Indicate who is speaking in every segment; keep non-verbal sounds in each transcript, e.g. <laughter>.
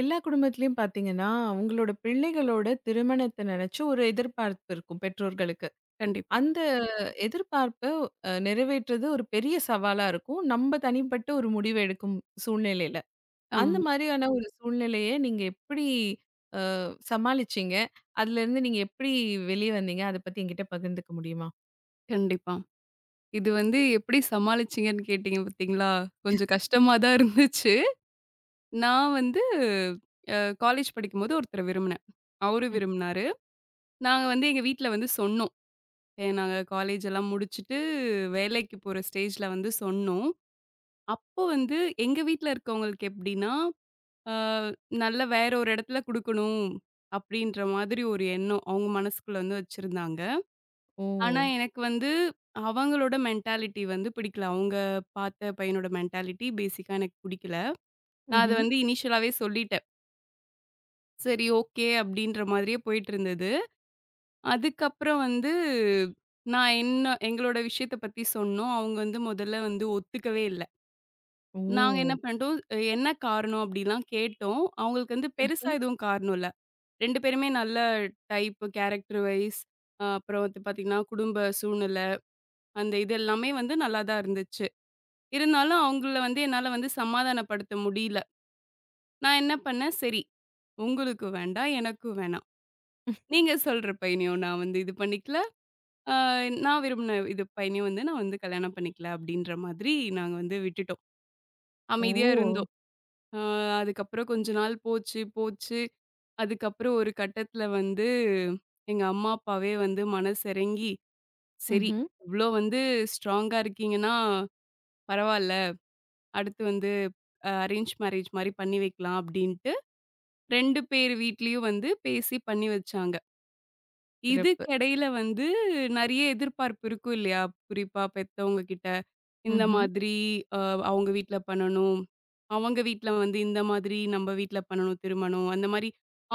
Speaker 1: எல்லா குடும்பத்திலயும் பாத்தீங்கன்னா, அவங்களோட பிள்ளைகளோட திருமணத்த நினைச்சு ஒரு எதிர்பார்ப்பு இருக்கும் பெற்றோர்களுக்கு.
Speaker 2: கண்டிப்பா.
Speaker 1: அந்த எதிர்பார்ப்ப நிறைவேற்றுறது ஒரு பெரிய சவாலா இருக்கும். நம்ம தனிப்பட்ட ஒரு முடிவு எடுக்கும் சூழ்நிலையில. அந்த
Speaker 2: ஆமா,
Speaker 1: மாதிரியான ஒரு சூழ்நிலைய நீங்க எப்படி சமாளிச்சீங்க? அதுலருந்து நீங்க எப்படி வெளிய வந்தீங்க? அத பத்தி என்கிட்ட பகிர்ந்துக்க முடியுமா?
Speaker 2: கண்டிப்பா. இது வந்து எப்படி சமாளிச்சீங்கன்னு கேட்டீங்க பார்த்தீங்களா? கொஞ்சம் கஷ்டமா தான் இருந்துச்சு. நான் வந்து அ காலேஜ் படிக்கும்போது ஒருத்தர விரும்பினேன். அவரும்
Speaker 1: ம்.
Speaker 2: விரும்பினாரு. நாங்க வந்து எங்க வீட்ல வந்து சொன்னோம். நாங்க காலேஜ் எல்லாம் முடிச்சுட்டு வேலைக்கு போற ஸ்டேஜ்ல வந்து சொன்னோம். அப்போ வந்து எங்க வீட்ல இருக்கவங்களுக்கு எப்படின்னா, அ நல்ல வேற ஒரு இடத்துல குடுக்கணும் அப்படின்ற மாதிரி ஒரு எண்ணம் அவங்க மனசுக்குள்ள வந்து வச்சிருந்தாங்க.
Speaker 1: ஓ!
Speaker 2: ஆனா, எனக்கு வந்து அவங்களோட மென்டாலிட்டி வந்து பிடிக்கல. அவங்க பாத்த பையனோட மென்டாலிட்டி பேசிக்கா எனக்கு பிடிக்கல. நான் அத
Speaker 1: ம்ஹ்ம்.
Speaker 2: வந்து இனிஷியலாவே சொல்லிட்டேன். சரி ஓகே அப்டின்ற மாதிரியே போயிட்டுருந்தது. அதுக்கப்புறம் வந்து நான் என்ன எங்களோட விஷயத்த பத்தி சொன்னோம். அவங்க வந்து முதல்ல வந்து ஒத்துக்கவே இல்ல. நாங்க என்ன
Speaker 1: ஓ!
Speaker 2: பண்ணிட்டோம், என்ன காரணம் அப்டிலாம் கேட்டோம். அவங்களுக்கு வந்து பெருசா
Speaker 1: ம்ஹ்ம்.
Speaker 2: எதுவும் காரணம் இல்ல. 2 பேருமே நல்ல டைப் கேரக்டர் வைஸ் அப்புறம் வந்து பாத்தீங்கன்னா, குடும்ப சூழ்நிலை அந்த இது எல்லாமே வந்து நல்லா தான் இருந்துச்சு. இருந்தாலும் அவங்கள வந்து என்னால வந்து சமாதானப்படுத்த முடியல. நான் என்ன பண்ணேன், சரி உங்களுக்கும் வேண்டாம், எனக்கும் வேணாம். நீங்க சொல்ற பையனையும் நான் வந்து இது பண்ணிக்கல. அ நான் விரும்பின இது பையனையும் வந்து நான் வந்து கல்யாணம் பண்ணிக்கல அப்டின்ற மாதிரி நாங்க வந்து விட்டுட்டோம். அமைதியா
Speaker 1: ஓ!
Speaker 2: இருந்தோம். அ அதுக்கப்புறம் கொஞ்ச நாள் போச்சு, போச்சு. அதுக்கப்புறம் ஒரு கட்டத்துல வந்து எங்க அம்மா, அப்பாவே வந்து மனசிறங்கி, சரி
Speaker 1: ம்ஹ்ம்.
Speaker 2: இவ்ளோ வந்து ஸ்ட்ராங்கா இருக்கீங்கன்னா பரவால்ல. அடுத்து வந்து அரேஞ்ச் மேரேஜ் மாரி பண்ணி வைக்கலாம் அப்டின்ட்டு 2 பேர் வீட்லயும் வந்து பேசி பண்ணி வச்சாங்க.
Speaker 1: சிறப்பு.
Speaker 2: இதுக்கிடையில வந்து நெறைய எதிர்பார்ப்பு இருக்கும் இல்லையா? குறிப்பா பெத்தவங்க கிட்ட, இந்த
Speaker 1: ம்ஹ்ம்.
Speaker 2: மாதிரி அ அவங்க வீட்ல பண்ணணும். அவங்க வீட்ல வந்து இந்த மாதிரி நம்ம வீட்ல பண்ணணும் திருமணம். அந்த மாரி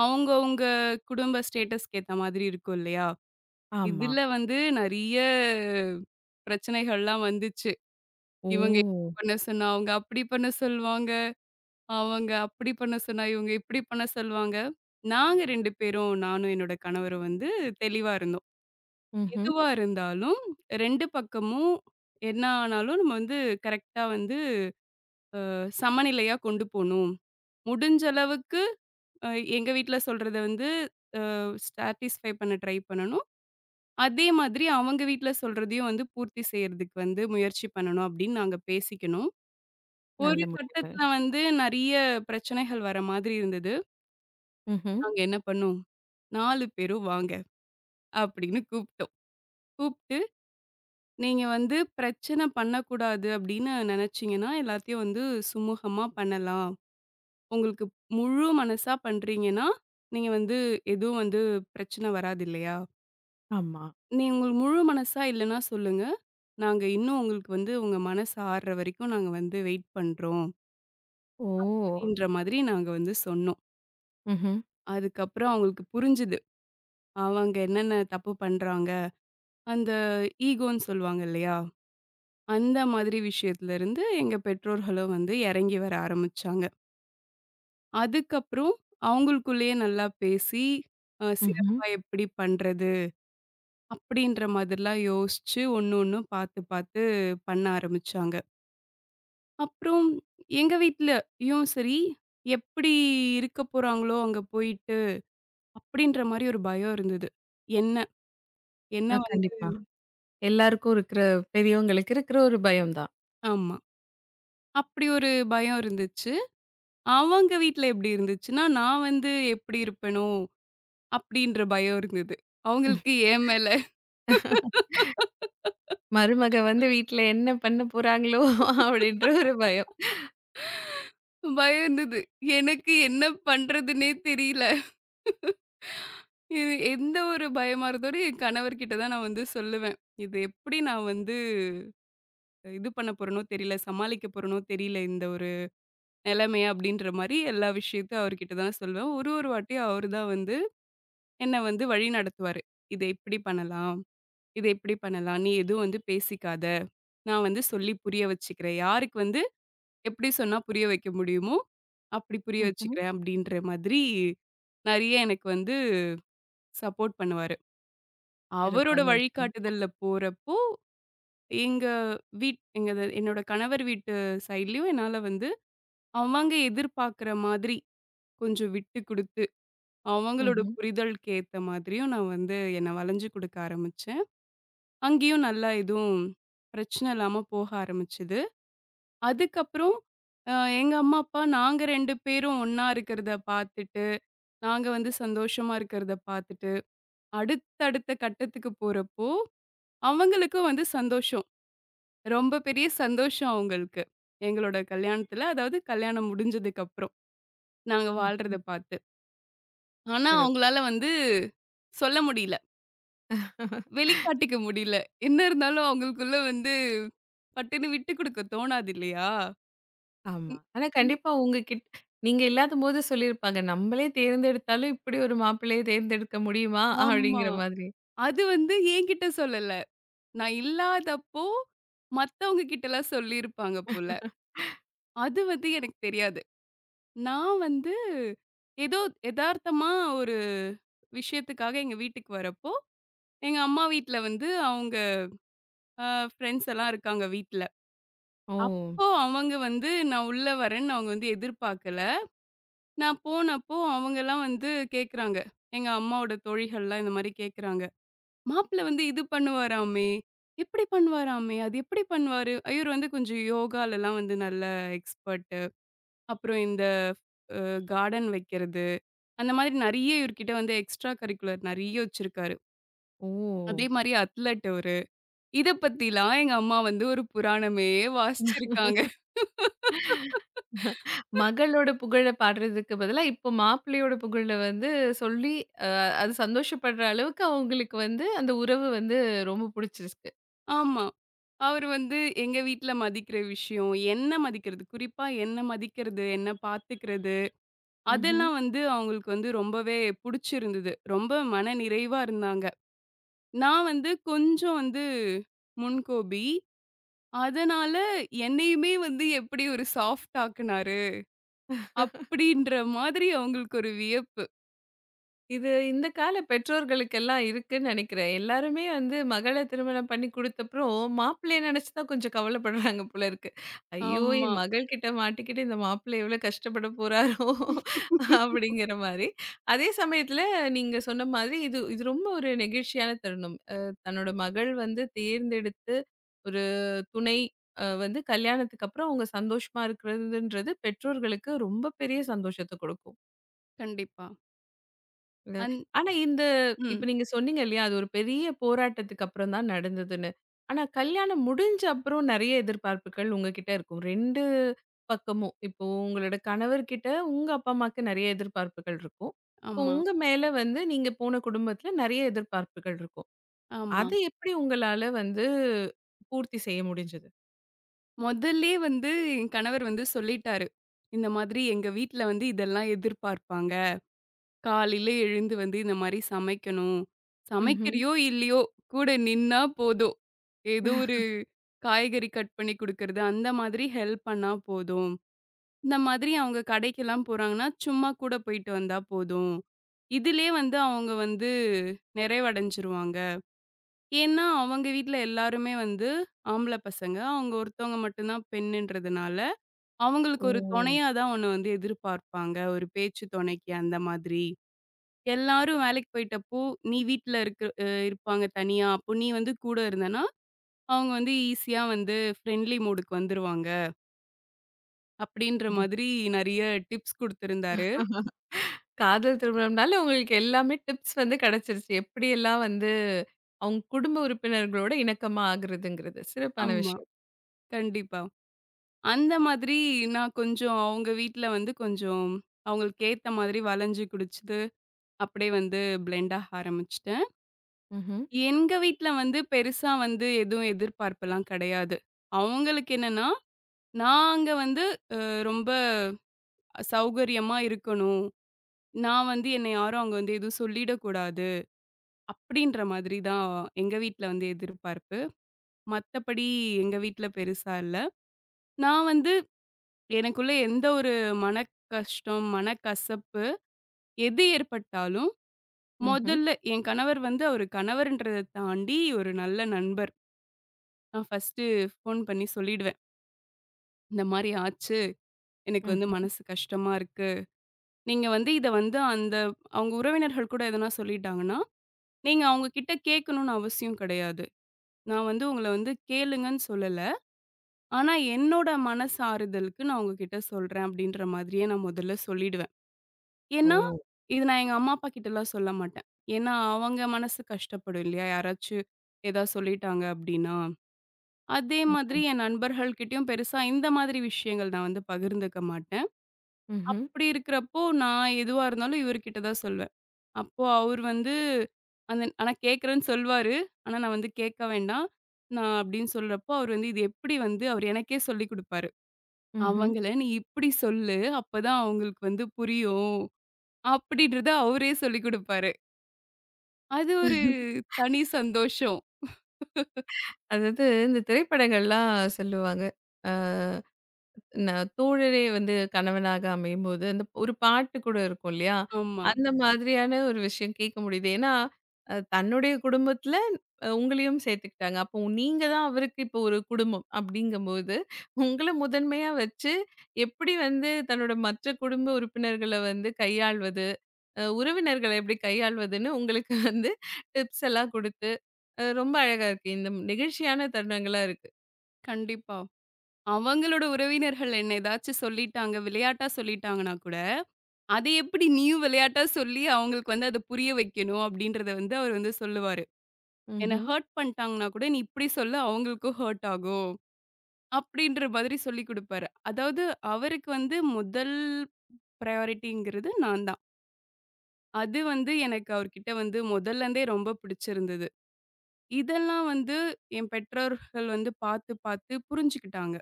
Speaker 2: அவங்கவங்க குடும்ப ஸ்டேட்டஸ்க்கு ஏத்த மாதிரி இருக்கும் இல்லையா?
Speaker 1: ஆமா.
Speaker 2: இதுல வந்து நெறைய பிரச்சனைகள்லாம் வந்துச்சு. இவங்க இப்படி
Speaker 1: ஓ!
Speaker 2: பண்ண சொன்னா, அவங்க அப்படி பண்ண சொல்லுவாங்க. அவங்க அப்படி பண்ண சொன்னா, இவங்க இப்படி பண்ண சொல்லுவாங்க. நாங்க 2 பேரும், நானும் என்னோட கணவரும் வந்து தெளிவா இருந்தோம்.
Speaker 1: ம்ஹ்ம்.
Speaker 2: எதுவா இருந்தாலும் 2 பக்கமும் என்ன ஆனாலும் நம்ம வந்து கரெக்ட்டா வந்து சமநிலையா கொண்டு போணும். முடிஞ்ச அளவுக்கு அ எங்க வீட்ல சொல்றத வந்து சாட்டிஸ்ஃபை பண்ண ட்ரை பண்ணணும். அதே மாதிரி அவங்க வீட்ல சொல்றதையும் வந்து பூர்த்தி செய்றதுக்கு வந்து முயற்சி பண்ணணும் அப்படின்னு நாங்க பேசிக்கணும். ஒரு
Speaker 1: நல்ல முடிவு.
Speaker 2: கட்டத்துல வந்து நெறைய பிரச்சனைகள் வர மாதிரி இருந்தது.
Speaker 1: ம்ஹ்ம்.
Speaker 2: நாங்க என்ன பண்ணோம்? 4 பேரும் வாங்க அப்படின்னு கூப்பிட்டோம். கூப்பிட்டு, நீங்க வந்து பிரச்சனை பண்ணக்கூடாது அப்படின்னு நினைச்சீங்கன்னா, எல்லாத்தையும் வந்து சுமூகமா பண்ணலாம். உங்களுக்கு முழு மனசா பண்றீங்கன்னா, நீங்க வந்து எதுவும் வந்து பிரச்சனை வராது இல்லையா?
Speaker 1: ஆமா.
Speaker 2: நீங்க உங்களுக்கு முழு மனசா இல்லைன்னா சொல்லுங்க. நாங்க இன்னும் உங்களுக்கு வந்து உங்க மனசு ஆறுற வரைக்கும் நாங்க வந்து வெயிட் பண்றோம்.
Speaker 1: ஓ!
Speaker 2: அப்படின்ற மாதிரி நாங்க வந்து சொன்னோம்.
Speaker 1: ம்ஹ்ம்,
Speaker 2: அதுக்கப்புறம் அவங்களுக்கு புரிஞ்சுது. அவங்க என்னென்ன தப்பு பண்றாங்க. அந்த ஈகோன்னு சொல்லுவாங்க இல்லையா? அந்த மாதிரி விஷயத்துலருந்து எங்க பெற்றோர்களும் வந்து இறங்கி வர ஆரம்பிச்சாங்க. அதுக்கப்புறம் அவங்களுக்குள்ளேயே நல்லா பேசி,
Speaker 1: ம்ஹ்ம்.
Speaker 2: சிறப்பா எப்படி பண்றது? அப்படின்ற மாதிரிலாம் யோசிச்சு ஒண்ணு ஒண்ணும் பார்த்து பார்த்து பண்ண ஆரம்பிச்சாங்க. அப்புறம் எங்க வீட்லயும் சரி, எப்படி இருக்க போறாங்களோ அங்க போயிட்டு, அப்படின்ற மாரி ஒரு பயம் இருந்தது. என்ன என்ன வந்து
Speaker 1: கண்டிப்பா. எல்லாருக்கும் இருக்கிற பெரியவங்களுக்கு இருக்கிற ஒரு பயம் தான்.
Speaker 2: ஆமா. அப்படி ஒரு பயம் இருந்துச்சு. அவங்க வீட்ல எப்படி இருந்துச்சுன்னா, நான் வந்து எப்படி இருப்பேனோ? அப்டின்ற பயம் இருந்தது. அவங்களுக்கு என் மேல
Speaker 1: மருமக வந்து வீட்ல என்ன பண்ண போறாங்களோ? <laughs> அப்படின்ற ஒரு பயம்.
Speaker 2: பயம் இருந்தது. எனக்கு என்ன பண்றதுன்னே தெரியல. இது எந்த ஒரு பயமா இருந்தோட என் கணவர்கிட்ட தான் நான் வந்து சொல்லுவேன். "இது எப்டி நான் வந்து இது பண்ண போறேனோ தெரியல, சமாளிக்க போறேனோ தெரியல இந்த ஒரு நெலைமைய" அப்டின்ற மாரி எல்லா விஷயத்தையும் அவர்கிட்ட தான் சொல்லுவேன். ஒரு ஒரு வாட்டியும் அவரு தான் வந்து என்ன வந்து வழி நடத்துவாரு. "இத இப்டி பண்ணலாம், இத இப்டி பண்ணலாம். நீ எதுவும் வந்து பேசிக்காத. நான் வந்து சொல்லி புரிய வச்சுக்கிறேன். யாருக்கு வந்து எப்படி சொன்னா புரிய வைக்க முடியுமோ, அப்படி புரிய
Speaker 1: ம்ஹ்ம்.
Speaker 2: வச்சுக்கிறேன் அப்படின்ற மாதிரி நெறைய எனக்கு வந்து சப்போர்ட் பண்ணுவாரு. அவரோட
Speaker 1: சிறப்பான விஷயம்.
Speaker 2: வழிகாட்டுதல்ல போறப்போ, எங்க எங்க என்னோட கணவர் வீட்டு சைட்லயும் என்னால வந்து அவங்க எதிர்பார்க்குற மாதிரி கொஞ்சம் விட்டு குடுத்து, அவங்களோட
Speaker 1: ம்ஹ்ம்.
Speaker 2: புரிதலுக்கு ஏத்த மாதிரியும் நான் வந்து என்ன வளைஞ்சு குடுக்க ஆரம்பிச்சேன். அங்கேயும் நல்லா எதுவும் பிரச்சனை இல்லாம போக ஆரம்பிச்சது. அதுக்கப்புறம் அ எங்க அம்மா, அப்பா நாங்க 2 பேரும் ஒண்ணா இருக்கிறத பார்த்துட்டு நாங்க வந்து சந்தோஷமா இருக்கிறத பார்த்துட்டு, அடுத்தடுத்த கட்டத்துக்கு போறப்போ, அவங்களுக்கும் வந்து சந்தோஷம். ரொம்ப பெரிய சந்தோஷம் அவங்களுக்கு. எங்களோட கல்யாணத்துல, அதாவது கல்யாணம் முடிஞ்சதுக்கப்புறம், நாங்க
Speaker 1: ம்.
Speaker 2: வாழ்றத பார்த்து. ஆனா,
Speaker 1: சிறப்பு.
Speaker 2: அவங்களால வந்து சொல்ல முடியல.
Speaker 1: <laughs>
Speaker 2: வெளிக்காட்டிக்க முடியல. என்ன இருந்தாலும் அவங்களுக்குள்ள வந்து பட்டுன்னு விட்டு குடுக்க தோணாது இல்லையா?
Speaker 1: ஆமா.
Speaker 2: ம்.
Speaker 1: ஆனா
Speaker 2: ம்.
Speaker 1: கண்டிப்பா உங்ககிட் நீங்க இல்லாதபோது சொல்லியிருப்பாங்க. நம்மளே தேர்ந்தெடுத்தாலும் இப்படி ஒரு மாப்பிள்ளையை தேர்ந்தெடுக்க முடியுமா?
Speaker 2: ஆமா.
Speaker 1: அப்படிங்கிற மாதிரி.
Speaker 2: அது வந்து என்கிட்ட சொல்லல. நான் இல்லாதப்போ, மத்தவங்க கிட்டலாம் சொல்லியிருப்பாங்க போல. அது வந்து எனக்கு தெரியாது. நான் வந்து ஏதோ எதார்த்தமா ஒரு விஷயத்துக்காக எங்க வீட்டுக்கு வரப்போ, எங்க அம்மா வீட்ல வந்து அவங்க அ ஃப்ரெண்ட்ஸ் எல்லாம் இருக்காங்க வீட்ல.
Speaker 1: ஓ!
Speaker 2: அப்போ அவங்க வந்து நான் உள்ள வரேன்னு அவங்க வந்து எதிர்பார்க்கல. நான் போனப்போ அவங்கலாம் வந்து கேட்குறாங்க. எங்க அம்மாவோட தோழிகள்லாம் இந்த மாரி கேட்குறாங்க. மாப்பிள வந்து இது பண்ணுவாராமே, இப்படி பண்ணுவாராமே, அது எப்படி பண்ணுவாரு? இவரு வந்து கொஞ்சம் யோகாலலாம் வந்து நல்ல எக்ஸ்பர்ட்டு. அப்புறம் இந்த கார்டன் வைக்கிறது. அந்த மாதிரி நெறைய இவர்கிட்ட வந்து எக்ஸ்ட்ரா கரிக்குலர் நெறைய வச்சிருக்காரு.
Speaker 1: ஓ!
Speaker 2: அதே மாரி அத்லட் அவரு. இத பத்திலாம் எங்க அம்மா வந்து ஒரு புராணமே வாசிச்சிருக்காங்க.
Speaker 1: மகளோட புகழ பாடுறதுக்கு பதிலா, இப்போ மாப்பிள்ளையோட புகழ வந்து சொல்லி, அ அது சந்தோஷப்படுற அளவுக்கு அவங்களுக்கு வந்து அந்த உறவு வந்து ரொம்ப புடிச்சிருக்கு.
Speaker 2: ஆமா. அவரு வந்து எங்க வீட்ல மதிக்கிற விஷயம், என்ன மதிக்கிறது, குறிப்பா என்ன மதிக்கிறது, என்ன பாத்துக்கிறது,
Speaker 1: ம்ஹ்ம்.
Speaker 2: அதெல்லாம் வந்து அவங்களுக்கு வந்து ரொம்பவே புடிச்சிருந்தது. ரொம்ப மன நிறைவா இருந்தாங்க. நான் வந்து கொஞ்சம் வந்து முன்கோபி. அதனால என்னையுமே வந்து எப்படி ஒரு சாஃப்ட் ஆக்குனாரு, அப்படின்ற மாதிரி அவங்களுக்கு ஒரு வியப்பு.
Speaker 1: இது இந்த கால பெற்றோர்களுக்கெல்லாம் இருக்குன்னு நினைக்கிறேன். எல்லாருமே வந்து மகள திருமணம் பண்ணி குடுத்தப்புறம், மாப்பிள்ளைய நினைச்சு தான் கொஞ்சம் கவலைப்படுறாங்க போல இருக்கு. ஐயோ!
Speaker 2: ஆமா.
Speaker 1: என் மகள் கிட்ட மாட்டிக்கிட்டு இந்த மாப்பிள்ளை எவ்வளோ கஷ்டப்பட போறாரோ! அப்படிங்கிற மாரி. அதே சமயத்துல நீங்க சொன்ன மாதிரி இது இது ரொம்ப ஒரு நெகிழ்ச்சியான தருணம். தன்னோட மகள் வந்து தேர்ந்தெடுத்து ஒரு துணை வந்து கல்யாணத்துக்கு அப்புறம் அவங்க சந்தோஷமா இருக்கிறதுன்றது பெற்றோர்களுக்கு ரொம்ப பெரிய சந்தோஷத்த குடுக்கும்.
Speaker 2: கண்டிப்பா.
Speaker 1: அ.
Speaker 2: அந்
Speaker 1: ஆனா இந்த இப்ப
Speaker 2: ம்.
Speaker 1: நீங்க சொன்னீங்க இல்லையா? அது ஒரு பெரிய போராட்டத்துக்கு அப்புறம் தான் நடந்ததுன்னு. ஆனா கல்யாணம் முடிஞ்ச அப்புறம் நெறைய எதிர்பார்ப்புகள் உங்ககிட்ட இருக்கும். 2 பக்கமும். இப்போ உங்களோட கணவர்கிட்ட உங்க அப்பா, அம்மாக்கு நெறைய எதிர்பார்ப்புகள் இருக்கும். இப்போ
Speaker 2: ஆமா,
Speaker 1: உங்க மேல வந்து நீங்க போன குடும்பத்துல நெறைய எதிர்பார்ப்புகள் இருக்கும்.
Speaker 2: ஆமா.
Speaker 1: அத எப்படி உங்களால வந்து பூர்த்தி செய்ய முடிஞ்சது?
Speaker 2: முதல்லயே வந்து என் கணவர் வந்து சொல்லிட்டாரு. இந்த மாதிரி எங்க வீட்ல வந்து இதெல்லாம் எதிர்பார்ப்பாங்க. காலையில எழுந்து வந்து இந்த மாரி சமைக்கணும்.
Speaker 1: ம்ஹ்ம்.
Speaker 2: சமைக்கிறியோ! இல்லையோ! கூட நின்னா போதும். ஏதோ ஒரு காய்கறி கட் பண்ணி குடுக்கறது, அந்த மாதிரி ஹெல்ப் பண்ணா போதும். இந்த மாதிரி அவங்க கடைக்கெல்லாம் போறாங்கன்னா, சும்மா கூட போயிட்டு வந்தா போதும். இதிலயே வந்து அவங்க வந்து நிறைவடைஞ்சுருவாங்க. ஏன்னா, அவங்க வீட்ல எல்லாருமே வந்து ஆம்பள பசங்க. அவங்க ஒருத்தவங்க மட்டும் தான் பெண்ணுன்றதுனால,
Speaker 1: ஓ!
Speaker 2: அவங்களுக்கு ஒரு துணையா தான் ஒண்ணு வந்து எதிர்பார்ப்பாங்க. ஒரு பேச்சு துணைக்கு அந்த மாதிரி. எல்லாரும் வேலைக்கு போயிட்டப்போ, நீ வீட்ல இருக்க இருப்பாங்க தனியா. அப்போ நீ வந்து கூட இருந்தன்னா, அவங்க வந்து ஈஸியா வந்து ஃப்ரெண்ட்லி மோடுக்கு வந்துருவாங்க. அப்படின்ற
Speaker 1: இது.
Speaker 2: மாதிரி நெறைய டிப்ஸ் குடுத்திருந்தாரு.
Speaker 1: காதல் திருமணம்னால உங்களுக்கு எல்லாமே டிப்ஸ் வந்து கிடைச்சிருச்சு. எப்படியெல்லாம் வந்து அவங்க குடும்ப உறுப்பினர்களோட இணக்கமா ஆகுறதுங்கிறது. சிறப்பான
Speaker 2: ஆமா.
Speaker 1: விஷயம்.
Speaker 2: கண்டிப்பா. அந்த மாதிரி நான் கொஞ்சம் அவங்க வீட்ல வந்து கொஞ்சம் அவங்களுக்கு ஏத்த மாதிரி வளைஞ்சு குடிச்சு அப்படியே வந்து பிளெண்ட் ஆக ஆரம்பிச்சுட்டேன்.
Speaker 1: ம்ஹ்ம்.
Speaker 2: எங்க வீட்ல வந்து பெருசா வந்து எதுவும் எதிர்பார்ப்புலாம் கிடையாது. அவங்களுக்கு என்னன்னா, நாங்க வந்து ரொம்ப சௌகரியமா இருக்கணும். நான் வந்து என்னை யாரும் அங்க வந்து எதுவும் சொல்லிடக்கூடாது. அப்படின்ற மாதிரி தான் எங்க வீட்ல வந்து எதிர்பார்ப்பு. மத்தபடி எங்க வீட்ல பெருசா இல்ல. நான் வந்து எனக்குள்ள எந்த ஒரு மனக்கஷ்டம், மனக்கசப்பு எது ஏற்பட்டாலும்,
Speaker 1: ம்ஹ்ம்.
Speaker 2: முதல்ல என் கணவர் வந்து அவரு கணவர்ன்றத தாண்டி ஒரு நல்ல நண்பர். நான் ஃபர்ஸ்ட்டு ஃபோன் பண்ணி சொல்லிடுவேன். இந்த மாரி ஆச்சு. எனக்கு
Speaker 1: ம்.
Speaker 2: வந்து மனசு கஷ்டமா இருக்கு. நீங்க வந்து இத வந்து அந்த அவங்க உறவினர்கள் கூட எதனா சொல்லிட்டாங்கன்னா, நீங்க அவங்க கிட்ட கேட்கணும்னு அவசியம் கிடையாது. நான் வந்து உங்கள வந்து கேளுங்கன்னு சொல்லல. ஆனா என்னோட மனசு ஆறுதலுக்கு நான் உங்ககிட்ட சொல்றேன் அப்படின்ற மாதிரியே நான் முதல்ல சொல்லிடுவேன்.
Speaker 1: ஓ!
Speaker 2: ஏன்னா, இது நான் எங்க அம்மா, அப்பா கிட்டலாம் சொல்ல மாட்டேன். ஏன்னா அவங்க மனசு கஷ்டப்படும் இல்லையா? யாராச்சும் ஏதாவது சொல்லிட்டாங்க அப்படின்னா. அதே மாதிரி
Speaker 1: ம்ஹ்ம்.
Speaker 2: என் நண்பர்கள்கிட்டயும் பெருசா இந்த மாதிரி விஷயங்கள் நான் வந்து பகிர்ந்துக்க மாட்டேன். அப்படி இருக்கிறப்போ, நான் எதுவா இருந்தாலும் இவர்கிட்ட தான் சொல்லுவேன். அப்போ அவர் வந்து அந்த ஆனா கேட்குறேன்னு சொல்வாரு. ஆனா நான் வந்து கேட்க வேண்டாம். நான் அப்படின்னு சொல்றப்போ, அவர் வந்து இது எப்படி வந்து அவர் எனக்கே சொல்லிக் குடுப்பாரு.
Speaker 1: ம்ஹ்ம்.
Speaker 2: "அவங்கள நீ இப்படி சொல்லு. அப்பதான் அவங்களுக்கு வந்து புரியும்." அப்படின்றத அவரே சொல்லிக் குடுப்பாரு. அது ஒரு
Speaker 1: ம்ஹ்ம்.
Speaker 2: தனி சந்தோஷம்.
Speaker 1: அதாவது இந்த திரைப்படங்கள்லாம் சொல்லுவாங்க. ந தோழரே வந்து கணவனாக அமையும்போது, அந்த ஒரு பாட்டு கூட இருக்கும் இல்லையா?
Speaker 2: ஆமா.
Speaker 1: அந்த மாதிரியான ஒரு விஷயம் கேட்க முடியுது. ஏன்னா, தன்னுடைய குடும்பத்தில உங்களையும் சேர்த்துக்கிட்டாங்க. அப்போ நீங்க தான் அவருக்கு இப்போ ஒரு குடும்பம் அப்படிங்கும்போது, உங்கள முதன்மையா வச்சு எப்படி வந்து தன்னோட மற்ற குடும்ப உறுப்பினர்கள வந்து கையாள்வது, உறவினர்கள எப்படி கையாள்வதுன்னு உங்களுக்கு வந்து டிப்ஸ் எல்லாம் குடுத்து, ரொம்ப அழகா இருக்கு. இந்த நிகழ்ச்சியான தருணங்களா இருக்கு.
Speaker 2: கண்டிப்பா. அவங்களோட உறவினர்கள் என்ன ஏதாச்சும் சொல்லிட்டாங்க, விளையாட்டா சொல்லிட்டாங்கன்னா கூட, "அதை எப்படி நீயும் விளையாட்டா சொல்லி அவங்களுக்கு வந்து அத புரிய வைக்கணும்?" அப்படின்றத வந்து அவர் வந்து சொல்லுவாரு. என்ன
Speaker 1: ம்ஹ்ம்.
Speaker 2: ஹர்ட் பண்ணிட்டாங்கன்னா கூட, "நீ இப்படி சொல்லு அவங்களுக்கும் ஹர்ட் ஆகும்." அப்படின்ற மாதிரி சொல்லிக் குடுப்பாரு. அதாவது அவருக்கு வந்து முதல் ப்ரையாரிட்டிங்கிறது நான் தான். அது வந்து எனக்கு அவர்கிட்ட வந்து முதல்லருந்தே ரொம்ப பிடிச்சிருந்தது. இதெல்லாம் வந்து என் பெற்றோர்கள் வந்து பார்த்து பார்த்து புரிஞ்சுக்கிட்டாங்க.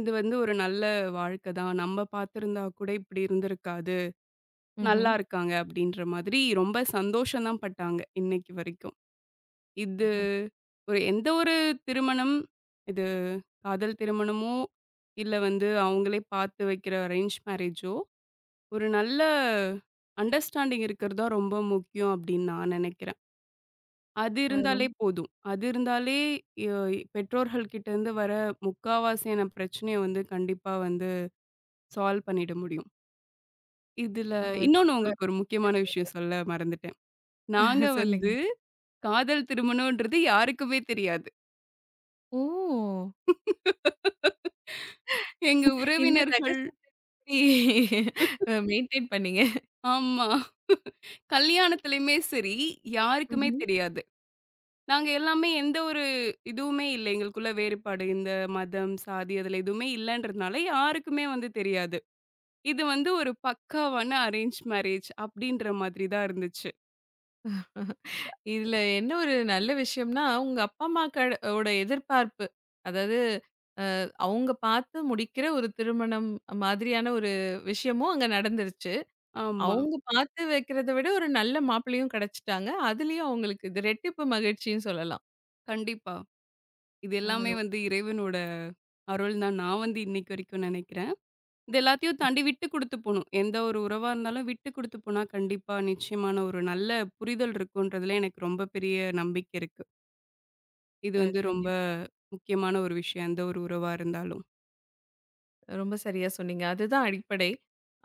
Speaker 2: இது வந்து ஒரு நல்ல வாழ்க்கை தான். நம்ம பார்த்திருந்தா கூட இப்படி இருந்திருக்காது.
Speaker 1: ம்ஹ்ம்.
Speaker 2: நல்லா இருக்காங்க அப்படின்ற மாதிரி ரொம்ப சந்தோஷம் தான் பட்டாங்க, இன்னைக்கு வரைக்கும். இது
Speaker 1: ம்ஹ்ம்.
Speaker 2: ஒரு எந்த ஒரு திருமணம், இது காதல் திருமணமோ, இல்ல வந்து அவங்களே பார்த்து வைக்கிற அரேஞ்ச் மேரேஜோ, ஒரு நல்ல அண்டர்ஸ்டாண்டிங் இருக்கிறது தான் ரொம்ப முக்கியம் அப்படின்னு நான் நினைக்கிறேன். அது
Speaker 1: அ
Speaker 2: இருந்தாலே போதும். அது இருந்தாலே ய பெற்றோர்கள் கிட்ட இருந்து வர முக்காவாசியான பிரச்சனைய வந்து கண்டிப்பா வந்து சால்வ் பண்ணிட முடியும். இதுல
Speaker 1: ஆ ரொம்ப
Speaker 2: இன்னொன்னு உங்களுக்கு ஒரு
Speaker 1: சரியா
Speaker 2: முக்கியமான விஷயம்
Speaker 1: சொன்னீங்க.
Speaker 2: சொல்ல மறந்துட்டேன். நாங்க
Speaker 1: <laughs> சொல்லுங்க.
Speaker 2: வந்து காதல் திருமணம்ன்றது யாருக்குமே தெரியாது.
Speaker 1: ஓ!
Speaker 2: எங்க
Speaker 1: இந்த
Speaker 2: உறவினர்கள்
Speaker 1: ரகசியத்த எப்படி மெயின்டெயின் பண்ணீங்க?
Speaker 2: ஆமா. கல்யாணத்துலயுமே சரி, யாருக்குமே
Speaker 1: ம்ஹ்ம்.
Speaker 2: தெரியாது. நாங்க எல்லாமே எந்த ஒரு இதுவுமே இல்ல. எங்களுக்குள்ள வேறுபாடு இந்த மதம், சாதி அதுல எதுவுமே இல்லன்றதுனால யாருக்குமே வந்து தெரியாது. இது வந்து ஒரு பக்காவான அரேஞ்ச் மேரேஜ் அப்டின்ற மாதிரி தான் இருந்துச்சு.
Speaker 1: <laughs> இதுல என்ன ஒரு நல்ல விஷயம்னா, உங்க அப்பா அம்மாக்கள் ஓட எதிர்பார்ப்பு. அதாவது அவங்க பார்த்து முடிக்கிற ஒரு திருமணம் மாதிரியான ஒரு விஷயமும் அங்க நடந்துருச்சு.
Speaker 2: ஆமா.
Speaker 1: அவங்க பார்த்து வைக்கிறத விட ஒரு நல்ல மாப்பிள்ளையும் கிடைச்சுட்டாங்க. அதுலயும் அவங்களுக்கு இது ரெட்டிப்பு மகிழ்ச்சின்னு சொல்லலாம்.
Speaker 2: கண்டிப்பா. இது
Speaker 1: அ
Speaker 2: எல்லாமே
Speaker 1: ரொ
Speaker 2: வந்து இறைவனோட அருள் தான் நான் வந்து இன்னைக்கு வரைக்கும் நெனைக்கிறேன். இது எல்லாத்தையும் தாண்டி விட்டு குடுத்து போணும். எந்த ஒரு உறவா இருந்தாலும் விட்டு குடுத்து போனா கண்டிப்பா நிச்சயமான ஒரு நல்ல புரிதல் இருக்குன்றதுல எனக்கு ரொம்ப பெரிய நம்பிக்கை இருக்கு. இது
Speaker 1: அ
Speaker 2: வந்து ரொம்ப
Speaker 1: கண்டிப்பா.
Speaker 2: முக்கியமான ஒரு விஷயம். எந்த ஒரு உறவா இருந்தாலும்.
Speaker 1: ரொம்ப சரியா சொன்னீங்க. அதுதான் அடிப்படை.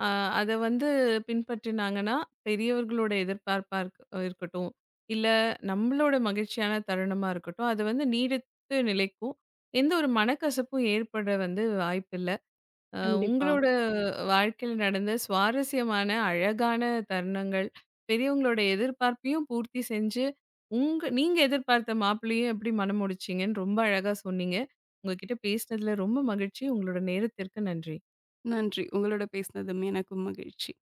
Speaker 1: அ அத வந்து பின்பற்றினாங்கன்னா, பெரியவர்களோட எதிர்பார்ப்பா இருக்கட்டும், இல்ல நம்மளோட மகிழ்ச்சியான தருணமா இருக்கட்டும், அது வந்து நீடித்து நிலைக்கும். எந்த ஒரு மனக்கசப்பும் ஏற்பட வந்து வாய்ப்பில்ல.
Speaker 2: கண்டிப்பா.
Speaker 1: உங்களோட வாழ்க்கையில நடந்த சுவாரஸ்யமான, அழகான தருணங்கள், பெரியவங்களோட எதிர்பார்ப்பையும் பூர்த்தி செஞ்சு, உங்க நீங்க எதிர்பார்த்த மாப்பிள்ளையும் எப்படி மணமுடிச்சீங்கன்னு ரொம்ப அழகா சொன்னீங்க. உங்ககிட்ட பேசினதுல ரொம்ப மகிழ்ச்சி. உங்களோட நேரத்திற்கு நன்றி.
Speaker 2: நன்றி. உங்களோட பேசினதும் எனக்கும் மகிழ்ச்சி.